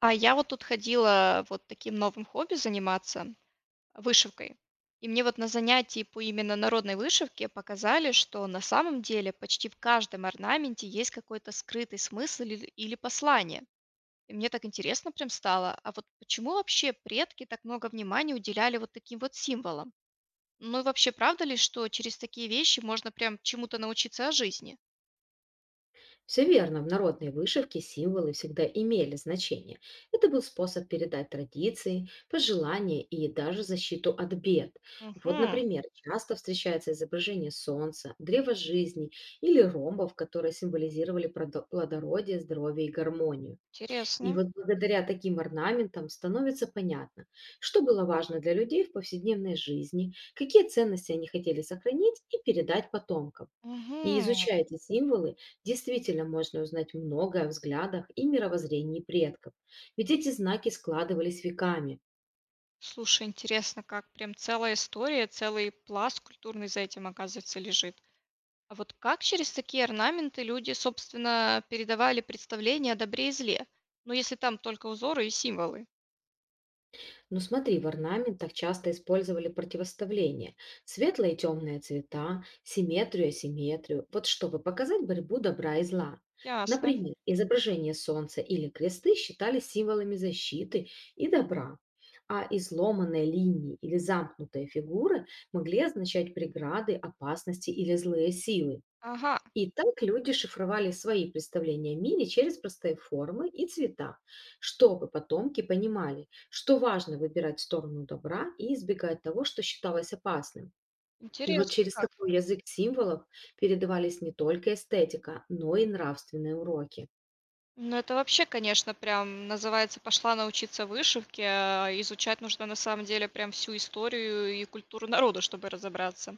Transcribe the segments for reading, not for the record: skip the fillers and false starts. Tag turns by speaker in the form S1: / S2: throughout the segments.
S1: А я вот тут ходила вот таким новым хобби заниматься, вышивкой. И мне вот на занятии по именно народной вышивке показали, что на самом деле почти в каждом орнаменте есть какой-то скрытый смысл или послание. И мне так интересно прям стало, а вот почему вообще предки так много внимания уделяли вот таким вот символам? Ну и вообще правда ли, что через такие вещи можно прям чему-то научиться о жизни?
S2: Все верно, в народной вышивке символы всегда имели значение. Это был способ передать традиции, пожелания и даже защиту от бед. Вот,
S1: Угу,
S2: например, часто встречается изображение солнца, древа жизни или ромбов, которые символизировали плодородие, здоровье и гармонию. И
S1: интересно.
S2: вот благодаря таким орнаментам становится понятно, что было важно для людей в повседневной жизни, какие ценности они хотели сохранить и передать потомкам. И изучая
S1: Угу.
S2: эти символы, действительно можно узнать многое о взглядах и мировоззрении предков, ведь эти знаки складывались веками.
S1: Слушай, интересно, как прям целая история, целый пласт культурный за этим, оказывается, лежит. А вот как через такие орнаменты люди, собственно, передавали представление о добре и зле? Ну, если там только узоры и символы.
S2: Ну смотри, в орнаментах часто использовали противоставление. Светлые и темные цвета, симметрию и асимметрию. Вот чтобы показать борьбу добра и зла.
S1: Ясно.
S2: Например, изображение солнца или кресты считались символами защиты и добра, а изломанные линии или замкнутые фигуры могли означать преграды, опасности или злые силы.
S1: Ага,
S2: И так люди шифровали свои представления о мире через простые формы и цвета, чтобы потомки понимали, что важно выбирать сторону добра и избегать того, что считалось опасным. И вот
S1: интересно
S2: через
S1: как.
S2: такой язык символов передавались не только эстетика, но и нравственные уроки.
S1: Ну, это вообще, конечно, прям называется «пошла научиться вышивке», а изучать нужно на самом деле прям всю историю и культуру народа, чтобы разобраться.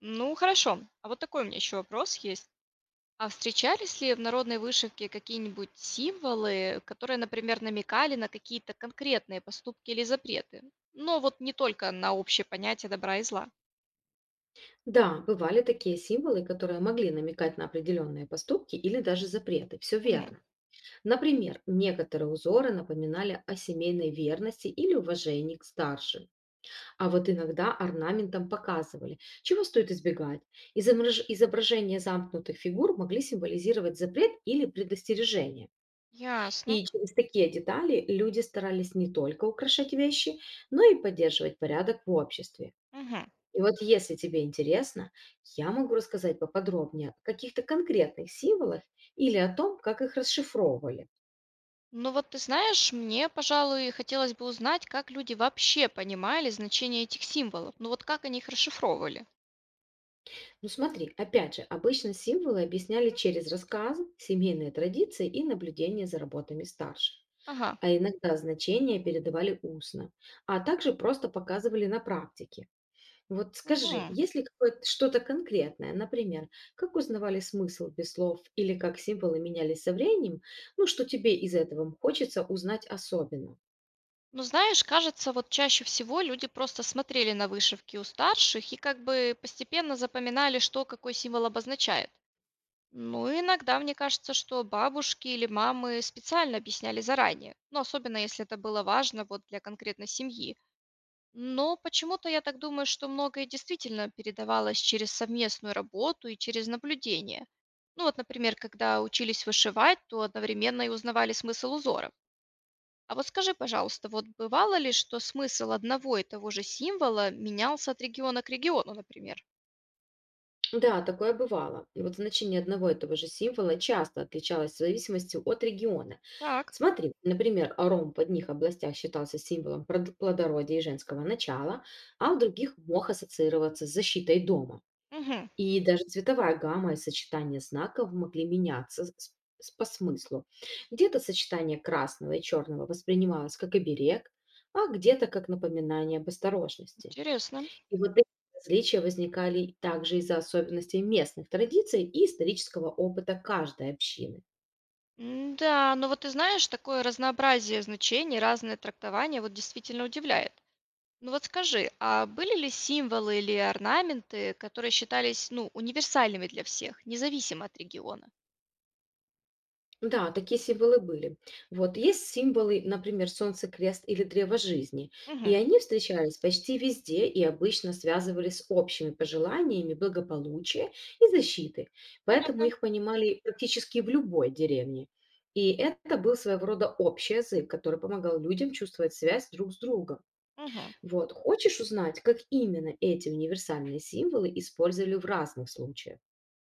S1: Ну, хорошо. А вот такой у меня еще вопрос есть. А встречались ли в народной вышивке какие-нибудь символы, которые, например, намекали на какие-то конкретные поступки или запреты? Но вот не только на общее понятие добра и зла.
S2: Да, бывали такие символы, которые могли намекать на определенные поступки или даже запреты. Все
S1: Мгм.
S2: верно. Например, некоторые узоры напоминали о семейной верности или уважении к старшим. А вот иногда орнаментом показывали, чего стоит избегать. Изображения замкнутых фигур могли символизировать запрет или предостережение.
S1: Ясно.
S2: И через такие детали люди старались не только украшать вещи, но и поддерживать порядок в обществе.
S1: Мгм.
S2: И вот если тебе интересно, я могу рассказать поподробнее о каких-то конкретных символах или о том, как их расшифровывали.
S1: Ну вот ты знаешь, мне, пожалуй, хотелось бы узнать, как люди вообще понимали значение этих символов. Ну вот как они их расшифровывали.
S2: Ну смотри, опять же, обычно символы объясняли через рассказы, семейные традиции и наблюдение за работами старших.
S1: Ага.
S2: А иногда значения передавали устно, а также просто показывали на практике. Вот скажи,
S1: Мгм.
S2: есть ли какое-то что-то конкретное, например, как узнавали смысл без слов или как символы менялись со временем, ну что тебе из этого хочется узнать особенно?
S1: Ну знаешь, кажется, вот чаще всего люди просто смотрели на вышивки у старших и как бы постепенно запоминали, что какой символ обозначает. Ну, иногда мне кажется, что бабушки или мамы специально объясняли заранее, ну, особенно если это было важно вот для конкретной семьи. Но почему-то я так думаю, что многое действительно передавалось через совместную работу и через наблюдение. Ну вот, например, когда учились вышивать, то одновременно и узнавали смысл узоров. А вот скажи, пожалуйста, вот бывало ли, что смысл одного и того же символа менялся от региона к региону, например?
S2: Да, такое бывало. И вот значение одного и того же символа часто отличалось в зависимости от региона.
S1: Так,
S2: Смотри, например, ром в одних областях считался символом плодородия и женского начала, а в других мог ассоциироваться с защитой дома.
S1: угу,
S2: И даже цветовая гамма и сочетание знаков могли меняться по смыслу. Где-то сочетание красного и черного воспринималось как оберег, а где-то как напоминание об осторожности.
S1: интересно.
S2: И вот эти различия возникали также из-за особенностей местных традиций и исторического опыта каждой общины.
S1: М-да, но вот ты знаешь, такое разнообразие значений, разное трактование вот действительно удивляет. Ну вот скажи, а были ли символы или орнаменты, которые считались, ну, универсальными для всех, независимо от региона?
S2: Да, такие символы были. Вот есть символы, например, солнце, крест или древо жизни. И
S1: Мгм.
S2: они встречались почти везде и обычно связывались с общими пожеланиями благополучия и защиты. Поэтому
S1: Понятно.
S2: их понимали практически в любой деревне. И это был своего рода общий язык, который помогал людям чувствовать связь друг с другом.
S1: Мгм.
S2: Вот. Хочешь узнать, как именно эти универсальные символы использовали в разных случаях?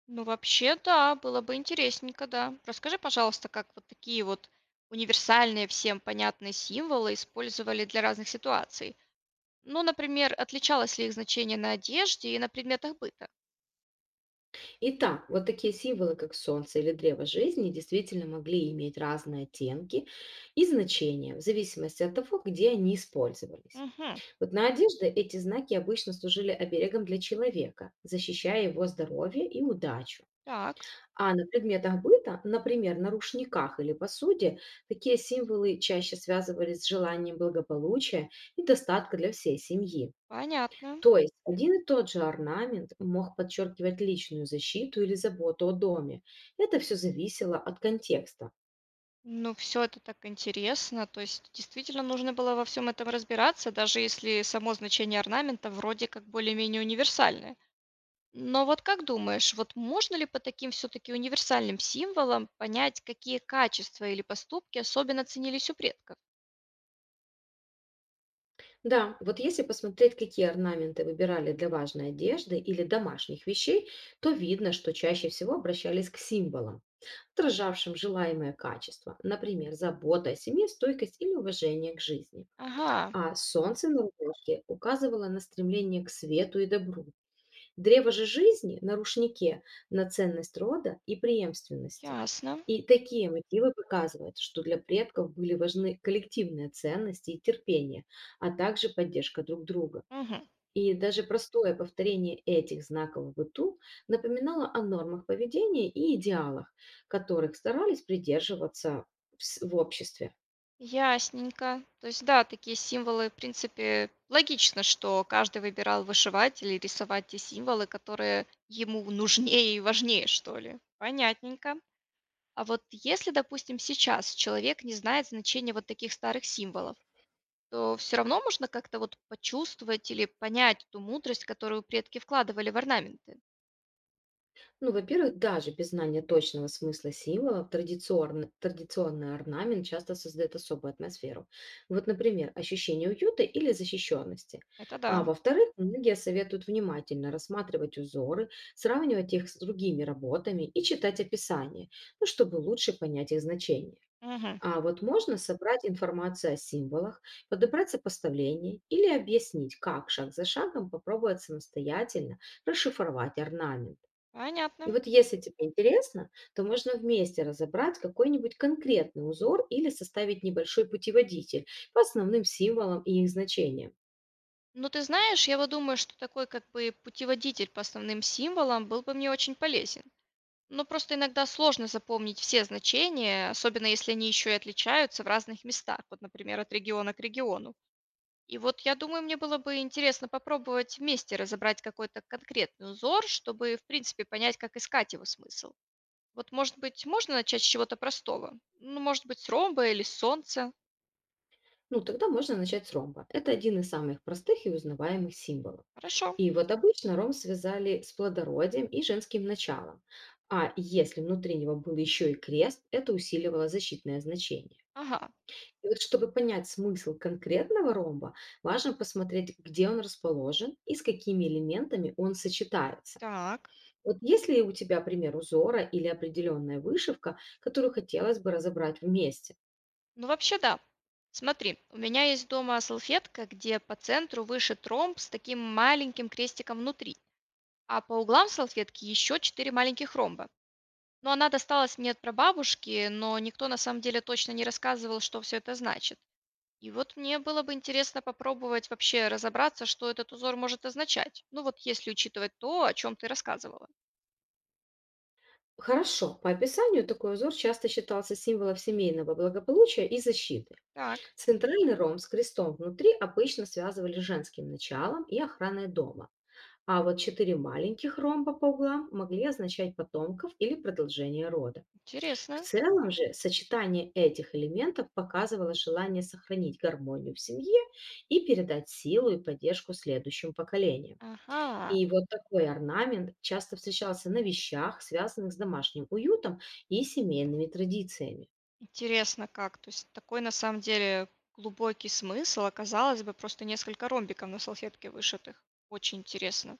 S1: Ну вообще, да, было бы интересненько, да. Расскажи, пожалуйста, как вот такие вот универсальные всем понятные символы использовали для разных ситуаций. Ну, например, отличалось ли их значение на одежде и на предметах быта?
S2: Итак, вот такие символы, как солнце или древо жизни, действительно могли иметь разные оттенки и значения, в зависимости от того, где они использовались.
S1: Угу.
S2: Вот на одежде эти знаки обычно служили оберегом для человека, защищая его здоровье и удачу.
S1: Так.
S2: А на предметах быта, например, на рушниках или посуде, такие символы чаще связывались с желанием благополучия и достатка для всей семьи.
S1: Понятно.
S2: То есть один и тот же орнамент мог подчеркивать личную защиту или заботу о доме. Это все зависело от контекста.
S1: Ну, все это так интересно. То есть действительно нужно было во всем этом разбираться, даже если само значение орнамента вроде как более-менее универсальное. Но вот как думаешь, вот можно ли по таким все таки универсальным символам понять, какие качества или поступки особенно ценились у предков?
S2: Да, вот если посмотреть, какие орнаменты выбирали для важной одежды или домашних вещей, то видно, что чаще всего обращались к символам, отражавшим желаемое качество, например, забота о семье, стойкость или уважение к жизни.
S1: Ага,
S2: А солнце на рубашке указывало на стремление к свету и добру, древо же жизни на рушнике, на ценность рода и преемственности.
S1: ясно.
S2: И такие мотивы показывают, что для предков были важны коллективные ценности и терпение, а также поддержка друг друга.
S1: Мгм.
S2: И даже простое повторение этих знаков в быту напоминало о нормах поведения и идеалах, которых старались придерживаться в обществе.
S1: Ясненько. То есть, да, такие символы, в принципе, логично, что каждый выбирал вышивать или рисовать те символы, которые ему нужнее и важнее, что ли. Понятненько. А вот если, допустим, сейчас человек не знает значения вот таких старых символов, то все равно можно как-то вот почувствовать или понять ту мудрость, которую предки вкладывали в орнаменты.
S2: Ну, во-первых, даже без знания точного смысла символов традиционный орнамент часто создает особую атмосферу. Вот, например, ощущение уюта или защищенности.
S1: Это да.
S2: А во-вторых, многие советуют внимательно рассматривать узоры, сравнивать их с другими работами и читать описание, ну, чтобы лучше понять их значение.
S1: Мгм.
S2: А вот можно собрать информацию о символах, подобрать сопоставление или объяснить, как шаг за шагом попробовать самостоятельно расшифровать орнамент. И
S1: Понятно.
S2: вот если тебе интересно, то можно вместе разобрать какой-нибудь конкретный узор или составить небольшой путеводитель по основным символам и их значениям.
S1: Ну, ты знаешь, я вот думаю, что такой как бы путеводитель по основным символам был бы мне очень полезен. Ну, просто иногда сложно запомнить все значения, особенно если они еще и отличаются в разных местах, вот, например, от региона к региону. И вот я думаю, мне было бы интересно попробовать вместе разобрать какой-то конкретный узор, чтобы, в принципе, понять, как искать его смысл. Вот, может быть, можно начать с чего-то простого? Ну, может быть, с ромба или с солнца?
S2: Ну, тогда можно начать с ромба. Это один из самых простых и узнаваемых символов.
S1: Хорошо.
S2: И вот обычно ромб связали с плодородием и женским началом. А если внутри него был еще и крест, это усиливало защитное значение.
S1: Ага.
S2: И вот чтобы понять смысл конкретного ромба, важно посмотреть, где он расположен и с какими элементами он сочетается.
S1: Так.
S2: Вот есть ли у тебя пример узора или определенная вышивка, которую хотелось бы разобрать вместе?
S1: Ну, вообще, да. Смотри, у меня есть дома салфетка, где по центру вышит ромб с таким маленьким крестиком внутри. А по углам салфетки еще четыре маленьких ромба. Но она досталась мне от прабабушки, но никто на самом деле точно не рассказывал, что все это значит. И вот мне было бы интересно попробовать вообще разобраться, что этот узор может означать. Ну вот если учитывать то, о чем ты рассказывала.
S2: Хорошо. По описанию такой узор часто считался символом семейного благополучия и защиты.
S1: Так,
S2: Центральный ромб с крестом внутри обычно связывали с женским началом и охраной дома. А вот четыре маленьких ромба по углам могли означать потомков или продолжение рода. В
S1: интересно.
S2: целом же сочетание этих элементов показывало желание сохранить гармонию в семье и передать силу и поддержку следующим поколениям.
S1: Ага,
S2: И вот такой орнамент часто встречался на вещах, связанных с домашним уютом и семейными традициями.
S1: интересно как. То есть такой на самом деле глубокий смысл оказалось бы просто несколько ромбиков на салфетке вышитых. Очень интересно.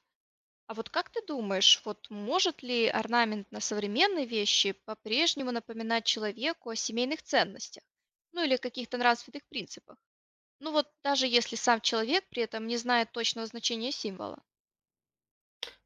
S1: А вот как ты думаешь, вот может ли орнамент на современной вещи по-прежнему напоминать человеку о семейных ценностях? Ну или каких-то нравственных принципах? Ну вот даже если сам человек при этом не знает точного значения символа.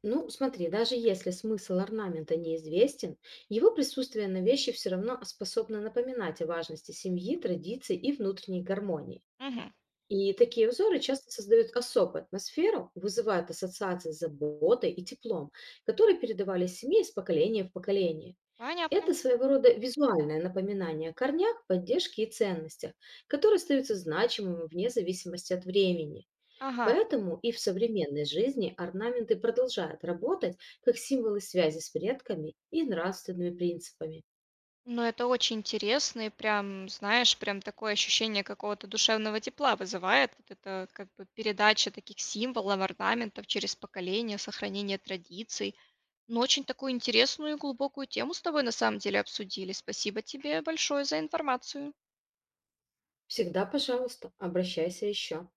S2: Ну, смотри, даже если смысл орнамента неизвестен, его присутствие на вещи все равно способно напоминать о важности семьи, традиций и внутренней гармонии.
S1: Мгм.
S2: И такие узоры часто создают особую атмосферу, вызывают ассоциации с заботой и теплом, которые передавались в семье из поколения в поколение.
S1: Понятно.
S2: Это своего рода визуальное напоминание о корнях, поддержке и ценностях, которые остаются значимыми вне зависимости от времени.
S1: Ага.
S2: Поэтому и в современной жизни орнаменты продолжают работать как символы связи с предками и нравственными принципами.
S1: Ну, это очень интересно, и прям, знаешь, прям такое ощущение какого-то душевного тепла вызывает. Вот это как бы передача таких символов, орнаментов через поколение, сохранение традиций. Ну, очень такую интересную и глубокую тему с тобой на самом деле обсудили. Спасибо тебе большое за информацию.
S2: Всегда, пожалуйста, обращайся еще.